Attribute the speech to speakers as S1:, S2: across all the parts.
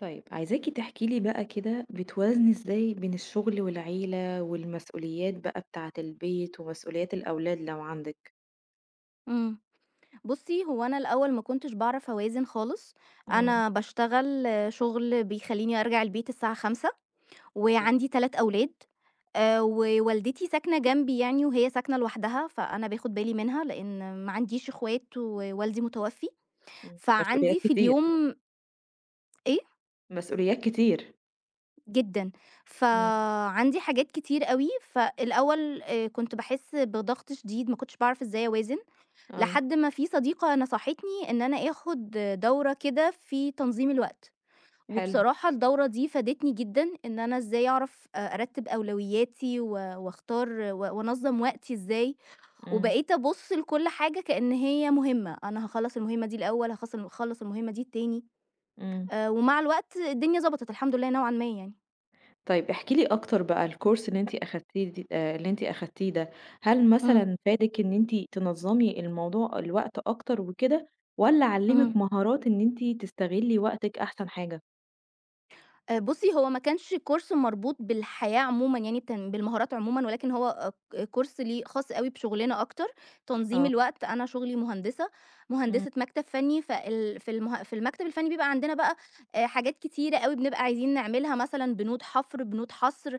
S1: طيب عايزاكي تحكي لي بقى كده بتوازني إزاي بين الشغل والعيلة والمسؤوليات بقى بتاعة البيت ومسؤوليات الأولاد لو عندِك؟
S2: إمم. بُصّي، هو أنا الأول ما كنتش باعرف أوازن خالص.
S1: إمم.
S2: أنا باشتغل شغل بيخلّيني أرجع البيت الساعة 17:00
S1: أوه!
S2: وعندي 3 أولاد.
S1: إمم.
S2: ووالدتي ساكنة جنبي يعني وهي ساكنة لوحدها، فأنا باخد بالي منها لإن ما عنديش إخوات ووالدي متوفّي.
S1: إمم. مسؤوليات
S2: فعندي في
S1: كتير،
S2: اليوم إيه؟
S1: مسؤوليات كتير.
S2: جدًا.
S1: إمم.
S2: فعندي حاجات كتير أوي. فالأول كنت باحس بضغط شديد، ما كنتش باعرف إزاي أوازن.
S1: آه،
S2: لحد ما في صديقة نصحتني إن أنا آخد دورة كده في تنظيم الوقت.
S1: حلو.
S2: وبصراحة الدورة دي فادتني جدًا إن أنا إزاي أعرف أرتّب أولوياتي وأختار وأنظّم وقتي إزاي.
S1: إمم.
S2: وبقيت أبُص لكل حاجة كإن هي مهمة، أنا هاخلّص المهمة دي الأول، هاخلّص المهمة دي التاني.
S1: إمم.
S2: ومع الوقت الدنيا ضبطت الحمد لله نوعًا ما يعني.
S1: طيب احكي لي أكتر بقى الcourse اللي أنتِ أخدتيه د اللي أنتِ أخدتيه ده، هل
S2: إمم،
S1: مثلًا فادِك إن أنتِ تنظّمي الموضوع الوقت أكتر وكده والّا
S2: إمم.
S1: علّمِك مهارات إن أنتِ تستغلي وقتِك أحسن حاجة؟
S2: بُصّي، هو ما كانش كورس مربوط بالحياة عمومًا، يعني كان بالمهارات عمومًا، ولكن هو كورس ليه خاص أوي بشُغلنا أكتر. تنظيم
S1: آه.
S2: الوقت. أنا شُغلي مهندسة،
S1: إمم.
S2: مهندسة مكتب فني. فال في المه في المكتب الفني بيبقى عندنا بقى حاجات كتيرة أوي بنبقى عايزين نعملها، مثلًا بنود حفر، بنود حصر،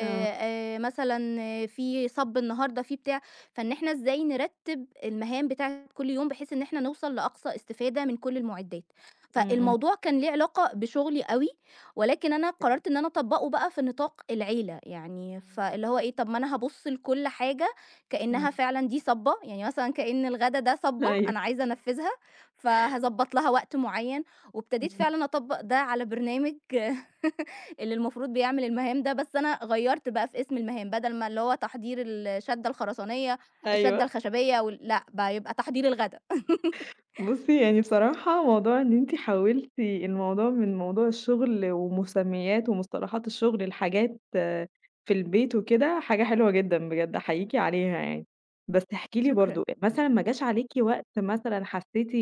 S1: آه.
S2: آآ مثلًا آه، في صَب النهارده، في بتاع. فإن إحنا إزاي نرتِّب المهام بتاعة كل يوم، بحيث إن إحنا نوصل لأقصى استفادة من كل المُعدات.
S1: إمم، إمم.
S2: فالموضوع كان ليه علاقة بشُغلي أوي. ولكن أنا
S1: أوكي.
S2: قررت إن أنا أطبّقه بقى في نطاق العيلة، يعني
S1: إمم،
S2: فاللي هو إيه، طب ما أنا هابُص لكل حاجة كإنّها
S1: إمم.
S2: فعلًا دي صَبّة، يعني مثلًا كإن الغدا ده صَبّة
S1: أيوه.
S2: أنا عايزة أنفّذها. فهاضبّط لها وقت معيّن، وابتديت
S1: إمم.
S2: فعلًا أطبّق ده على برنامج اللي المفروض بيعمل المهام ده. بس أنا غيّرت بقى في اسم المهام، بدل ما اللي هو تحضير الشَدّة الخرسانية،
S1: أيوه.
S2: الشَدّة الخشبية لأ، بقى يبقى تحضير الغدا.
S1: بُصّي، يعني بصراحة موضوع إن أنتِ حوّلتِ الموضوع من موضوع الشغل ومسميات ومصطلحات الشغل لحاجات في البيت وكده، حاجة حلوة جدًا بجد، أحييكِ عليها يعني. بس احكي لي
S2: شكرًا.
S1: برضه، مثلًا ما جاش عليكِ وقت مثلًا حسّيتِ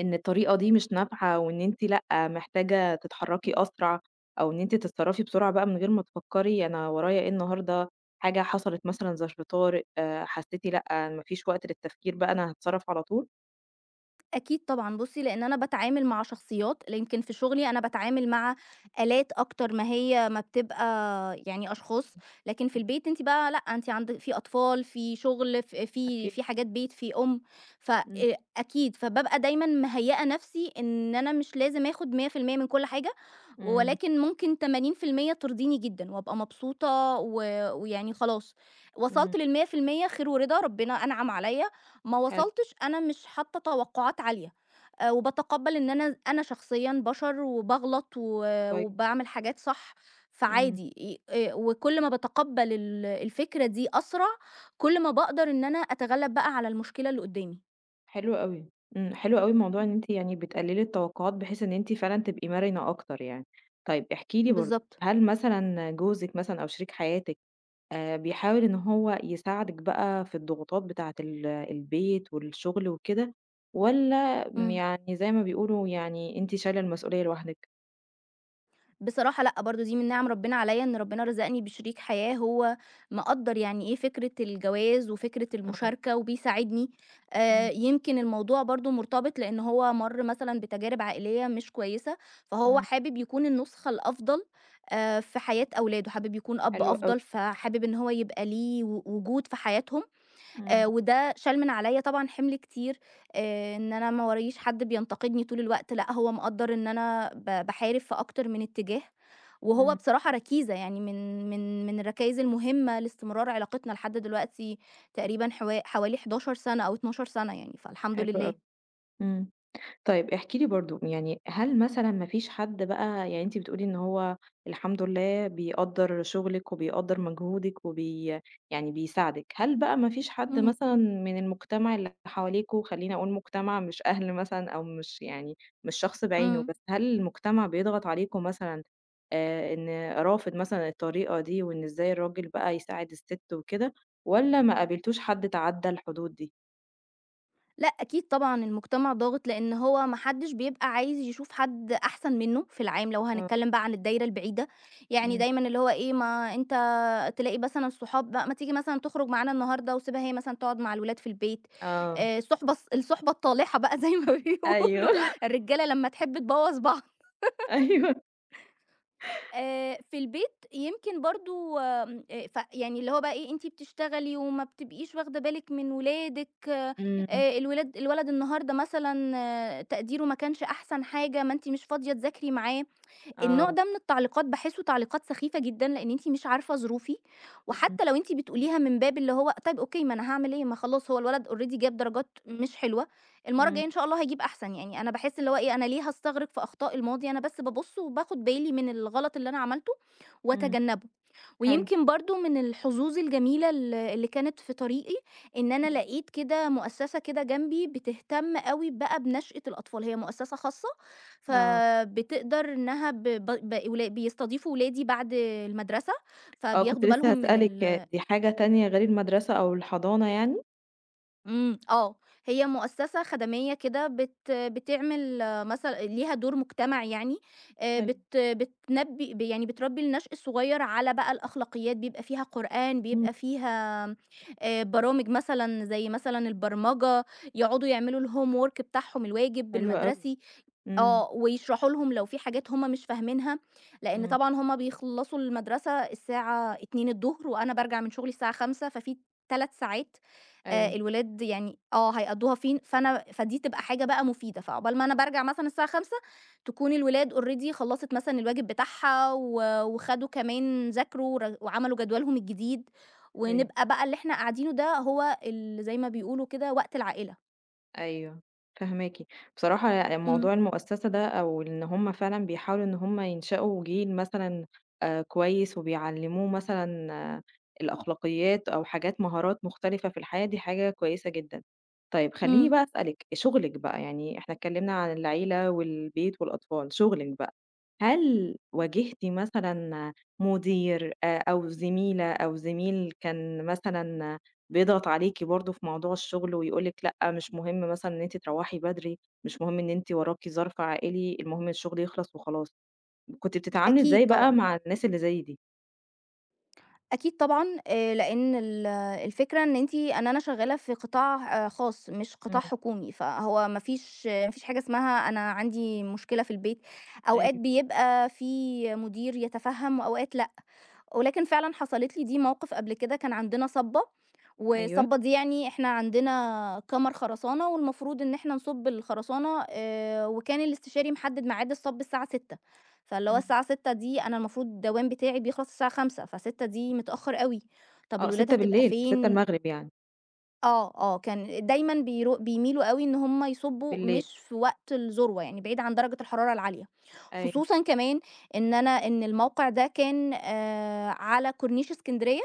S1: إن الطريقة دي مش نافعة وإن أنتِ لأ، محتاجة تتحرّكي أسرع أو إن أنتِ تتصرّفي بسرعة بقى من غير ما تفكّري أنا ورايا إيه النهارده، حاجة حصلت مثلًا ظرف طارئ، حسّيتِ لأ، ما فيش وقت للتفكير بقى أنا هاتصرّف على طول؟
S2: أكيد طبعًا. بُصّي، لإن أنا باتعامل مع شخصيات. يمكن في شغلي أنا باتعامل مع آلات أكتر ما هي ما بتبقى يعني أشخاص، لكن في
S1: إمم، إمم،
S2: البيت أنتِ بقى لأ، أنتِ عند في أطفال، في شغل، ف في
S1: أكيد،
S2: في حاجات بيت، في أم، ف
S1: إمم،
S2: أكيد. فبابقى دايمًا مهيّئة نَفْسي إن أنا مش لازم آخُد 100% من كل حاجة،
S1: إمم،
S2: ولكن ممكن 80% ترضيني جدًا وأبقى مبسوطة و ويعني خلاص.
S1: إمم،
S2: وصلت لل100% خير ورضا، ربنا أنعم عليّا. ما
S1: حلو
S2: وصلتش، أنا مش حاطة توقعات عالية. وباتقبّل إن أنا أنا شخصيًا بشر وباغلط و
S1: كويس،
S2: وباعمل حاجات صح.
S1: إمم،
S2: فعادي ي وكل ما باتقبّل الفكرة دي أسرع، كل ما باقدر إن أنا أتغلّب بقى على المشكلة اللي قدّامي.
S1: حلو أوي، إمم، حلو أوي موضوع إن
S2: إمم.
S1: أنتِ يعني بتقلّلي التوقعات بحيث إن أنتِ فعلًا تبقي مرنة أكتر يعني. طيب احكي لي برضه،
S2: بالضبط.
S1: هل مثلًا جوزِك مثلًا أو شريك حياتِك بيحاول إن هو يساعدِك بقى في الضغوطات بتاعة البيت والشغل وكده، والّا
S2: إمم.
S1: يعني زي ما بيقولوا يعني أنتِ شايلة المسؤولية لوحدِك؟
S2: بصراحة لأ، برضه دي من نِعَم ربنا عليّا إن ربنا رزقني بشريك حياة هو مقدّر يعني إيه فكرة الجواز وفكرة
S1: آه،
S2: المشاركة وبيساعدني.
S1: إمم،
S2: يمكن الموضوع برضه مرتبط لإن هو مَر مثلًا بتجارب عائلية مش كويسة، فهو
S1: إمم،
S2: حابب يكون النسخة الأفضل في حياة أولاده، حابب يكون أب
S1: حلو أوي،
S2: أفضل، فحابب إن
S1: إمم،
S2: هو يبقى ليه وجود في حياتهم.
S1: إمم،
S2: وده شال من عليّا طبعًا حِمل كتير. إن أنا ما وراييش حد بينتقدني طول الوقت، لأ هو مقدّر إن أنا باحارب في أكتر من اتجاه. وهو
S1: إمم،
S2: بصراحة ركيزة يعني من الركايز المهمة لاستمرار علاقتنا لحد دلوقتي تقريبًا حوالي 11 سَنة أو 12 سَنة يعني، فالحمد
S1: حلو
S2: لله.
S1: أوي، إمم. طيب احكي لي برضه يعني هل مثلًا ما فيش حد بقى يعني أنتِ بتقولي إن هو الحمد لله بيقدّر شغلِك وبيقدّر مجهودِك وبي يعني بيساعدِك، هل بقى ما فيش حد
S2: إمم،
S1: مثلًا من المجتمع اللي حواليكم خلّيني أقول مجتمع مش أهل مثلًا أو مش يعني مش شخص بعينه،
S2: إمم.
S1: بس هل المجتمع بيضغط عليكم مثلًا إن رافض مثلًا الطريقة دي وإن إزاي الراجل بقى يساعد الست وكده، والّا ما قابلتوش حد تعدّى الحدود دي؟
S2: لأ أكيد طبعًا المجتمع ضاغط، لإن هو ما حدش بيبقى عايز يشوف حد أحسن منّه في العام، لو
S1: آه،
S2: هنتكلّم بقى عن الدايرة البعيدة. يعني
S1: إمم،
S2: دايمًا اللي هو إيه ما أنت تلاقي مثلًا الصحاب بقى، ما تيجي مثلًا تخرج معانا النهارده وسيبها هي مثلًا تقعد مع الولاد في البيت.
S1: آه،
S2: الصُحبة الصُحبة الطالحة بقى زي ما
S1: أيوه،
S2: بيقولوا الرجالة لمّا تحب تبوّظ بعض.
S1: أيوه.
S2: في البيت يمكن برضه آمم، ف يعني اللي هو بقى إيه، أنتِ بتشتغلي وما بتبقيش واخدة بالِك من ولادِك.
S1: إمم،
S2: الولاد الولد النهارده مثلًا آه، تقديره ما كانش أحسن حاجة، ما أنتِ مش فاضية تذاكري معاه. النوع
S1: آه،
S2: ده من التعليقات باحسه تعليقات سخيفة جدًا، لإن أنتِ مش عارفة ظروفي.
S1: إمم،
S2: وحتى لو أنتِ بتقوليها من باب اللي هو طيب أوكي، ما أنا هاعمل إيه، ما خلاص هو الولد already جاب درجات مش حلوة، المرّة الجاية
S1: إمم،
S2: إن شاء الله هيجيب أحسن. يعني أنا باحس اللي هو
S1: أيوه.
S2: إيه، أنا ليه هاستغرق في أخطاء الماضي؟ أنا بس بابُص وباخد بالي من الغلط اللي أنا عملته
S1: إمم،
S2: وأتجنبه.
S1: حلو،
S2: ويمكن برضه من الحظوظ الجميلة اللي كانت في طريقي، إن أنا
S1: إمم،
S2: لقيت كده مؤسسة كده جنبي بتهتم أوي بقى بنشأة الأطفال. هي مؤسسة خاصة
S1: آه،
S2: فبتقدر إنها ب ب ب ولا بيستضيفوا ولادي بعد المدرسة،
S1: آه، كنت
S2: فبياخدوا
S1: لسه
S2: بالهم من
S1: هاسألِك دي حاجة تانية غير المدرسة أو الحضانة يعني؟
S2: إمم، آه. هي مؤسسة خدمية كده بتعمل آه، مثلًا ليها دور مجتمعي يعني.
S1: حلو،
S2: بت بتنبّي ب يعني بتربّي النشء الصغير على بقى الأخلاقيات، بيبقى فيها قرآن،
S1: إمم،
S2: بيبقى فيها برامج مثلًا زي مثلًا البرمجة، يقعدوا يعملوا الhomework بتاعهم الواجب
S1: حلو أوي،
S2: المدرسي.
S1: إمم،
S2: آه، ويشرحوا لهم لو في حاجات هم مش فاهمينها. لإن
S1: إمم،
S2: طبعًا هم بيخلّصوا المدرسة الساعة 14:00 وأنا بارجع من شغلي الساعة 17:00 ففي 3 ساعات
S1: أيوه،
S2: الولاد يعني آه، هيقضّوها فين؟ فأنا فدي تبقى حاجة بقى مفيدة. فعقبال ما أنا بارجع مثلًا الساعة 17:00 تكون الولاد already خلّصت مثلًا الواجب بتاعها و وخدوا كمان ذاكروا وعملوا جدولهم الجديد.
S1: أيوه.
S2: ونبقى بقى اللي إحنا قاعدينه ده هو زي ما بيقولوا كده وقت العائلة.
S1: أيوه، فاهماكِ. بصراحة
S2: إمم،
S1: موضوع المؤسسة ده أو إن هم فعلًا بيحاولوا إن هم ينشأوا جيل مثلًا كويس وبيعلّموه مثلًا آه الأخلاقيات أو حاجات مهارات مختلفة في الحياة، دي حاجة كويسة جدًا. طيب خلّيني
S2: إمم،
S1: بقى أسألِك، شغلِك بقى، يعني إحنا اتكلّمنا عن العيلة والبيت والأطفال، شغلِك بقى، هل
S2: إمم.
S1: واجهتِ مثلًا مدير أو زميلة أو زميل كان مثلًا بيضغط عليكِ برضه في موضوع الشغل ويقول لِك لأ، مش مهم مثلًا إن أنتِ تروّحي بدري، مش مهم إن أنتِ وراكِ ظرف عائلي، المهم الشغل يخلص وخلاص. كنتِ بتتعاملي
S2: أكيد
S1: إزاي بقى
S2: طبعًا.
S1: مع الناس اللي زي دي؟
S2: أكيد طبعًا. لإن الفكرة إن أنتِ، إن أنا شغّالة في قطاع آه، خاص مش قطاع
S1: إمم.
S2: حكومي، فهو ما فيش حاجة اسمها أنا عندي مشكلة في البيت. أوقات
S1: أيوه.
S2: بيبقى في مدير يتفهّم وأوقات لأ. ولكن فعلًا حصلت لي دي موقف قبل كده. كان عندنا صبّة،
S1: أيوه.
S2: والصبّة دي يعني إحنا عندنا كَمَر خرسانة والمفروض إن إحنا نصُب الخرسانة. وكان الاستشاري محدد ميعاد الصَب الساعة 6:00. فاللي هو
S1: إمم.
S2: الساعة 6:00 دي، أنا المفروض الدوام بتاعي بيخلص الساعة 17:00 ف18:00 دي متأخر أوي. طب
S1: آه،
S2: الولاد
S1: 18:00
S2: هتبقى فين؟
S1: 18:00 يعني.
S2: آه، آه. كان دايمًا بيميلوا أوي إن هم يصُبّوا
S1: بالليل.
S2: مش في وقت الذروة، يعني بعيد عن درجة الحرارة العالية.
S1: أيوه.
S2: خصوصًا كمان إن الموقع ده كان على كورنيش إسكندرية،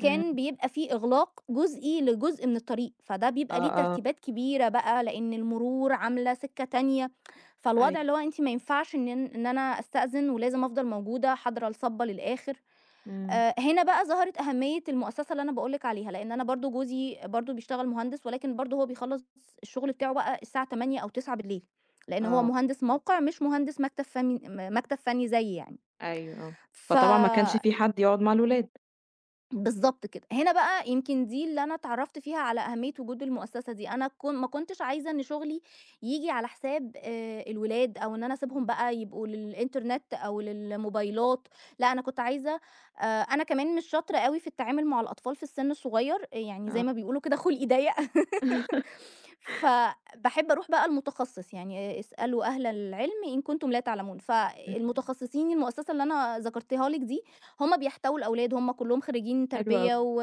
S1: إمم.
S2: بيبقى في إغلاق جزئي لجزء من الطريق، فده
S1: آه،
S2: بيبقى ليه
S1: آه.
S2: ترتيبات كبيرة بقى، لإن المرور عاملة سِكّة تانية. فالوضع
S1: أيوه.
S2: اللي هو أنتِ ما ينفعش إن أنا أستأذن، ولازم أفضل موجودة حاضرة الصَبّة للآخر.
S1: إمم.
S2: هنا بقى ظهرت أهمية المؤسسة اللي أنا باقول لِك عليها. لإن أنا برضه جوزي برضه بيشتغل مهندس، ولكن برضه هو بيخلّص الشغل بتاعه بقى الساعة 20:00 أو 21:00 لإن هو
S1: آه.
S2: مهندس موقع، مش مهندس مكتب فني. مكتب فني زيي يعني.
S1: أيوه، آه.
S2: ف
S1: فطبعًا ما كانش في حد يقعد مع الولاد.
S2: بالضبط كده. هنا بقى يمكن دي اللي أنا اتعرّفت فيها على أهمية وجود المؤسسة دي. أنا كن ما كنتش عايزة إن شغلي ييجي على حساب الولاد، أو إن أنا أسيبهم
S1: إمم.
S2: بقى يبقوا للإنترنت أو للموبايلات. لأ أنا كنت عايزة أنا كمان مش شاطرة أوي في التعامل مع الأطفال في السن الصغير، يعني زي ما
S1: آه.
S2: بيقولوا كده خُلقي ضيّق.
S1: إمم،
S2: فباحب أروح بقى المتخصص، يعني اسألوا أهل العلم إن كنتم لا تعلمون.
S1: إمم.
S2: فالمتخصصين المؤسسة اللي أنا ذكرتها لِك دي، هم بيحتووا الأولاد، هم كلّهم خريجين
S1: حلو
S2: تربية
S1: أوي.
S2: و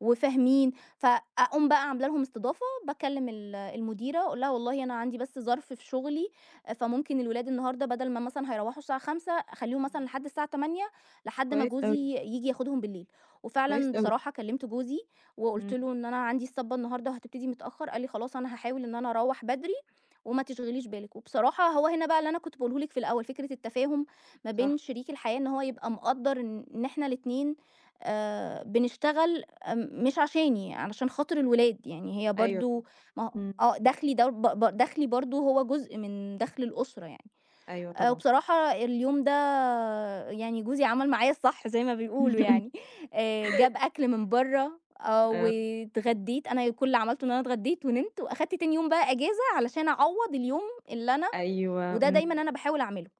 S2: وفاهمين. فأقوم بقى عاملة لهم استضافة، باكلم المديرة أقول لها والله أنا عندي بس ظرف في شغلي، فممكن الولاد النهارده بدل ما مثلًا هيروّحوا الساعة 17:00 أخلّيهم مثلًا
S1: إمم.
S2: لحد الساعة 20:00 لحد ما
S1: كويس
S2: جوزي
S1: أوي،
S2: ييجي ياخدهم بالليل.
S1: كويس
S2: وفعلًا
S1: أوي.
S2: بصراحة كلمت جوزي وقُلت
S1: إمم،
S2: له إن أنا عندي الصبّة النهارده وهتبتدي متأخّر. قال لي: "خلاص أنا هاحاول إن أنا أروّح بدري وما تشغليش بالِك." وبصراحة هو هنا بقى اللي أنا كنت باقوله لِك في الأول، فكرة التفاهم ما بين
S1: صح.
S2: شريك الحياة إن هو يبقى مقدّر إن إحنا الاتنين بنشتغل مش عشاني، علشان خاطر الولاد، يعني هي
S1: أيوه
S2: برضه
S1: طبعًا.
S2: ما هو
S1: إمم.
S2: آه، دخلي ده ب ب دخلي برضه هو جزء من دخل الأسرة يعني.
S1: أيوه طبعًا.
S2: وبصراحة اليوم ده يعني جوزي عمل معايا الصح زي ما بيقولوا يعني. جاب أكل من برّه آه،
S1: آه.
S2: واتغديت. أنا كل اللي عملته إن أنا اتغديت ونمت وأخدت تاني يوم بقى إجازة علشان أعوّض اليوم اللي أنا.
S1: أيوه،
S2: وده
S1: إمم.
S2: دايمًا أنا باحاول أعمله.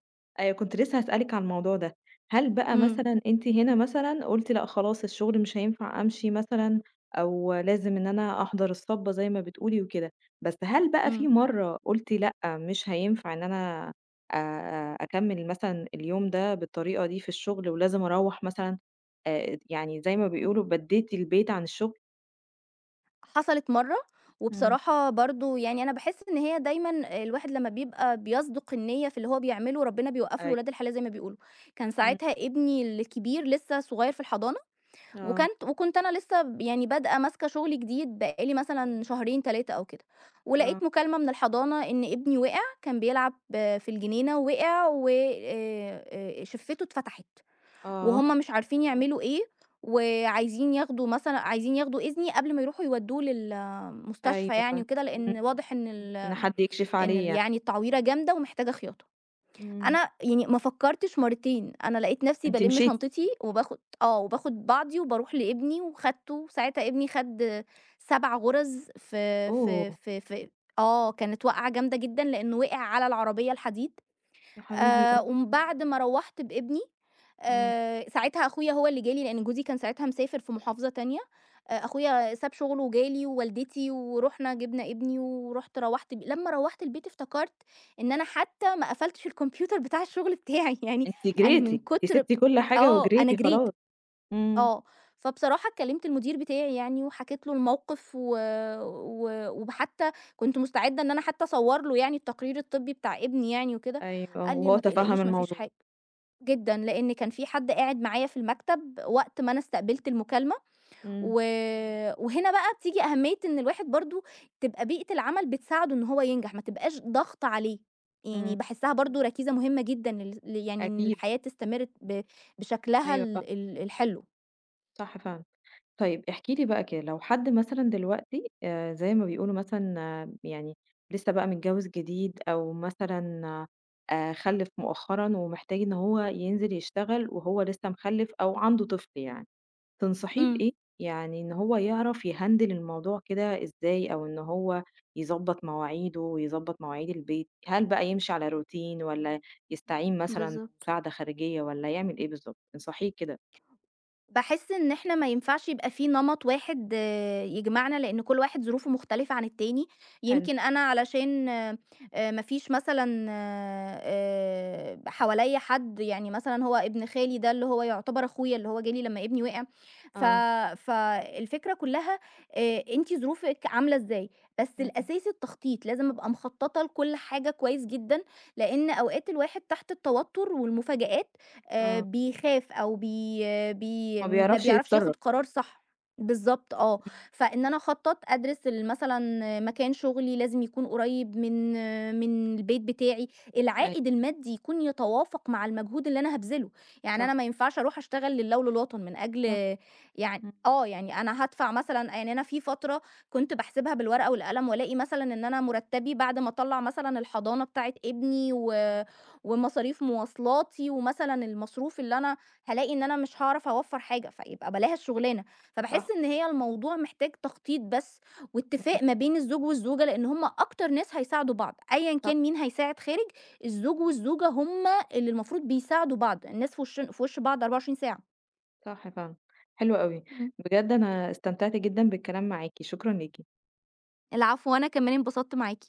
S1: أيوه، كنت لسه هاسألِك على الموضوع ده. هل بقى
S2: إمم،
S1: مثلًا أنتِ هنا مثلًا قُلتِ لأ خلاص الشغل مش هينفع أمشي مثلًا أو لازم إن أنا أحضر الصَّبّة زي ما بتقولي وكده، بس هل بقى
S2: إمم.
S1: في مرّة قُلتِ لأ مش هينفع إن أنا أكمّل مثلًا اليوم ده بالطريقة دي في الشغل ولازم أروّح مثلًا يعني زي ما بيقولوا بَدّيتِ البيت عن الشغل؟
S2: حصلت مرّة.
S1: إمم.
S2: وبصراحة برضه يعني أنا باحس إن هي دايمًا الواحد لمّا بيبقى بيصدق النيّة في اللي هو بيعمله، ربنا بيوقّف له
S1: أيوه.
S2: ولاد الحلال زي ما بيقولوا. كان
S1: إمم.
S2: ساعتها ابني الكبير لسه صغير في الحضانة،
S1: آه،
S2: وكانت وكنت أنا لسه يعني بادئة ماسكة شغل جديد بقى لي مثلًا شهرين 3 أو كده.
S1: آه،
S2: ولقيت مكالمة من الحضانة إن ابني وقع، كان بيلعب آه، في الجنينة ووقع و شفته اتفتحت،
S1: آه.
S2: وهُم مش عارفين يعملوا إيه، وعايزين ياخدوا مثلًا عايزين ياخدوا إذني قبل ما يروحوا يودّوه للمستشفى
S1: أيوه.
S2: يعني وكده، لإن
S1: إمم، إمم.
S2: واضح إن ال
S1: إن حد يكشف
S2: إن
S1: عليه
S2: ال
S1: يعني.
S2: يعني التعويرة جامدة ومحتاجة خياطة.
S1: إمم.
S2: أنا يعني ما فكّرتش مرّتين، أنا لقيت نَفْسي
S1: أنتِ
S2: بالِم
S1: مشيتِ.
S2: شنطتي وباخُد آه، وباخُد بعضي وباروح لابني وخدته. ساعتها ابني خَد 7 غُرز في
S1: أوه!
S2: آه، كانت وقعة جامدة جدًا لإنه وقع على العربية الحديد.
S1: يا حبيبي آه.
S2: ومن بعد ما روّحت بابني
S1: إمم.
S2: ساعتها أخويا هو اللي جالي لإن جوزي كان ساعتها مسافر في محافظة تانية. أخويا ساب شغله وجالي ووالدتي، ورُحنا جِبنا ابني ورُحت روّحت لمّا روّحت البيت افتكرت إن أنا حتى ما قفلتش الكمبيوتر بتاع الشغل بتاعي يعني
S1: أنتِ
S2: أنا
S1: جريتِ،
S2: من
S1: أنتِ
S2: كتر
S1: سِبتِ كل حاجة
S2: آه، أنا
S1: وجريتِ
S2: جريت.
S1: خلاص. إمم.
S2: آه. فبصراحة كلّمت المدير بتاعي يعني وحكيت له الموقف و وحتى كنت مستعدة إن أنا حتى أصور له يعني التقرير الطبي بتاع ابني يعني وكده.
S1: أيوه،
S2: قال لي:
S1: وهو
S2: "ما
S1: تفهَّم
S2: تقلقيش ما فيش
S1: الموضوع.
S2: حاجة." جدًا، لإن كان في حد قاعد معايا في المكتب وقت ما أنا استقبلت المكالمة. و
S1: إمم،
S2: وهنا بقى بتيجي أهمية إن الواحد برضه تبقى بيئة العمل بتساعده إن هو ينجح، ما تبقاش ضغط عليه. يعني
S1: إمم.
S2: باحسها برضه ركيزة مهمة جدًا لل ل يعني إن
S1: أكيد،
S2: الحياة تستمر بشكلها
S1: أيوه
S2: ال
S1: فعلًا،
S2: ال الحلو.
S1: صح فعلًا. طيب احكي لي بقى كده، لو حد مثلًا دلوقتي زي ما بيقولوا مثلًا يعني لسه بقى متجوّز جديد أو مثلًا خلِّف مؤخرًا ومحتاج إن هو ينزل يشتغل وهو لسه مخلِّف أو عنده طفل يعني. تنصحيه
S2: إمم.
S1: بإيه؟ يعني إن هو يعرف يهندل الموضوع كده إزاي أو إن هو يظبط مواعيده ويظبط مواعيد البيت، هل بقى يمشي على روتين والّا يستعين مثلًا
S2: بالضبط.
S1: بمساعدة خارجية والّا يعمل إيه بالضبط؟ انصحيه كده،
S2: باحس إن إحنا ما ينفعش يبقى في نمط واحد آه، يجمعنا، لإن كل واحد ظروفه مختلفة عن التاني.
S1: حلو،
S2: يمكن أنا علشان ما فيش مثلًا حواليّا حد يعني مثلًا، هو ابن خالي ده اللي هو يعتبر أخويا، اللي هو جه لي لمّا ابني وقع. ف
S1: آه،
S2: فالفكرة كلّها أنتِ ظروفِك عاملة إزاي. بس
S1: إمم.
S2: الأساسي التخطيط، لازم أبقى مخططة لكل حاجة كويس جدًا، لإن أوقات الواحد تحت التوتر والمفاجآت
S1: آه،
S2: بيخاف أو بي آه، بي
S1: ما
S2: ما
S1: بيعرفش
S2: بيعرفش ياخد
S1: يتصرف.
S2: قرار صح. بالضبط آه.
S1: إمم،
S2: فإن أنا أخطّط، أدرس مثلًا مكان شغلي لازم يكون قريب من آه، من البيت بتاعي. العائد
S1: أيوه،
S2: المادي يكون يتوافق مع المجهود اللي أنا هابذله. يعني أنا
S1: صح،
S2: ما ينفعش أروح أشتغل لله وللوطن من أجل
S1: صح،
S2: يعني
S1: إمم،
S2: آه. يعني أنا هادفع مثلًا، يعني أنا في فترة كنت باحسبها بالورقة والقلم وألاقي مثلًا إن أنا مُرتّبي بعد ما أطلّع مثلًا الحضانة بتاعة ابني
S1: إمم،
S2: ومصاريف مواصلاتي، ومثلًا المصروف اللي أنا هالاقي إن أنا مش هاعرف أوفّر حاجة، فيبقى بلاها الشغلانة.
S1: صح،
S2: فباحس إن هي الموضوع محتاج تخطيط بس،
S1: إمم،
S2: واتفاق ما بين الزوج والزوجة، لإن هم أكتر ناس هيساعدوا بعض، أيًا
S1: صح،
S2: كان مين هيساعد خارج. الزوج
S1: إمم.
S2: والزوجة هم اللي المفروض بيساعدوا بعض، الناس في وشن في وش بعض 24 ساعة.
S1: صح فعلًا، حلو أوي،
S2: إمم.
S1: بجد أنا استمتعت جدًا بالكلام معاكِ، شكرًا ليكِ.
S2: العفو، وأنا كمان انبسطت معاكِ.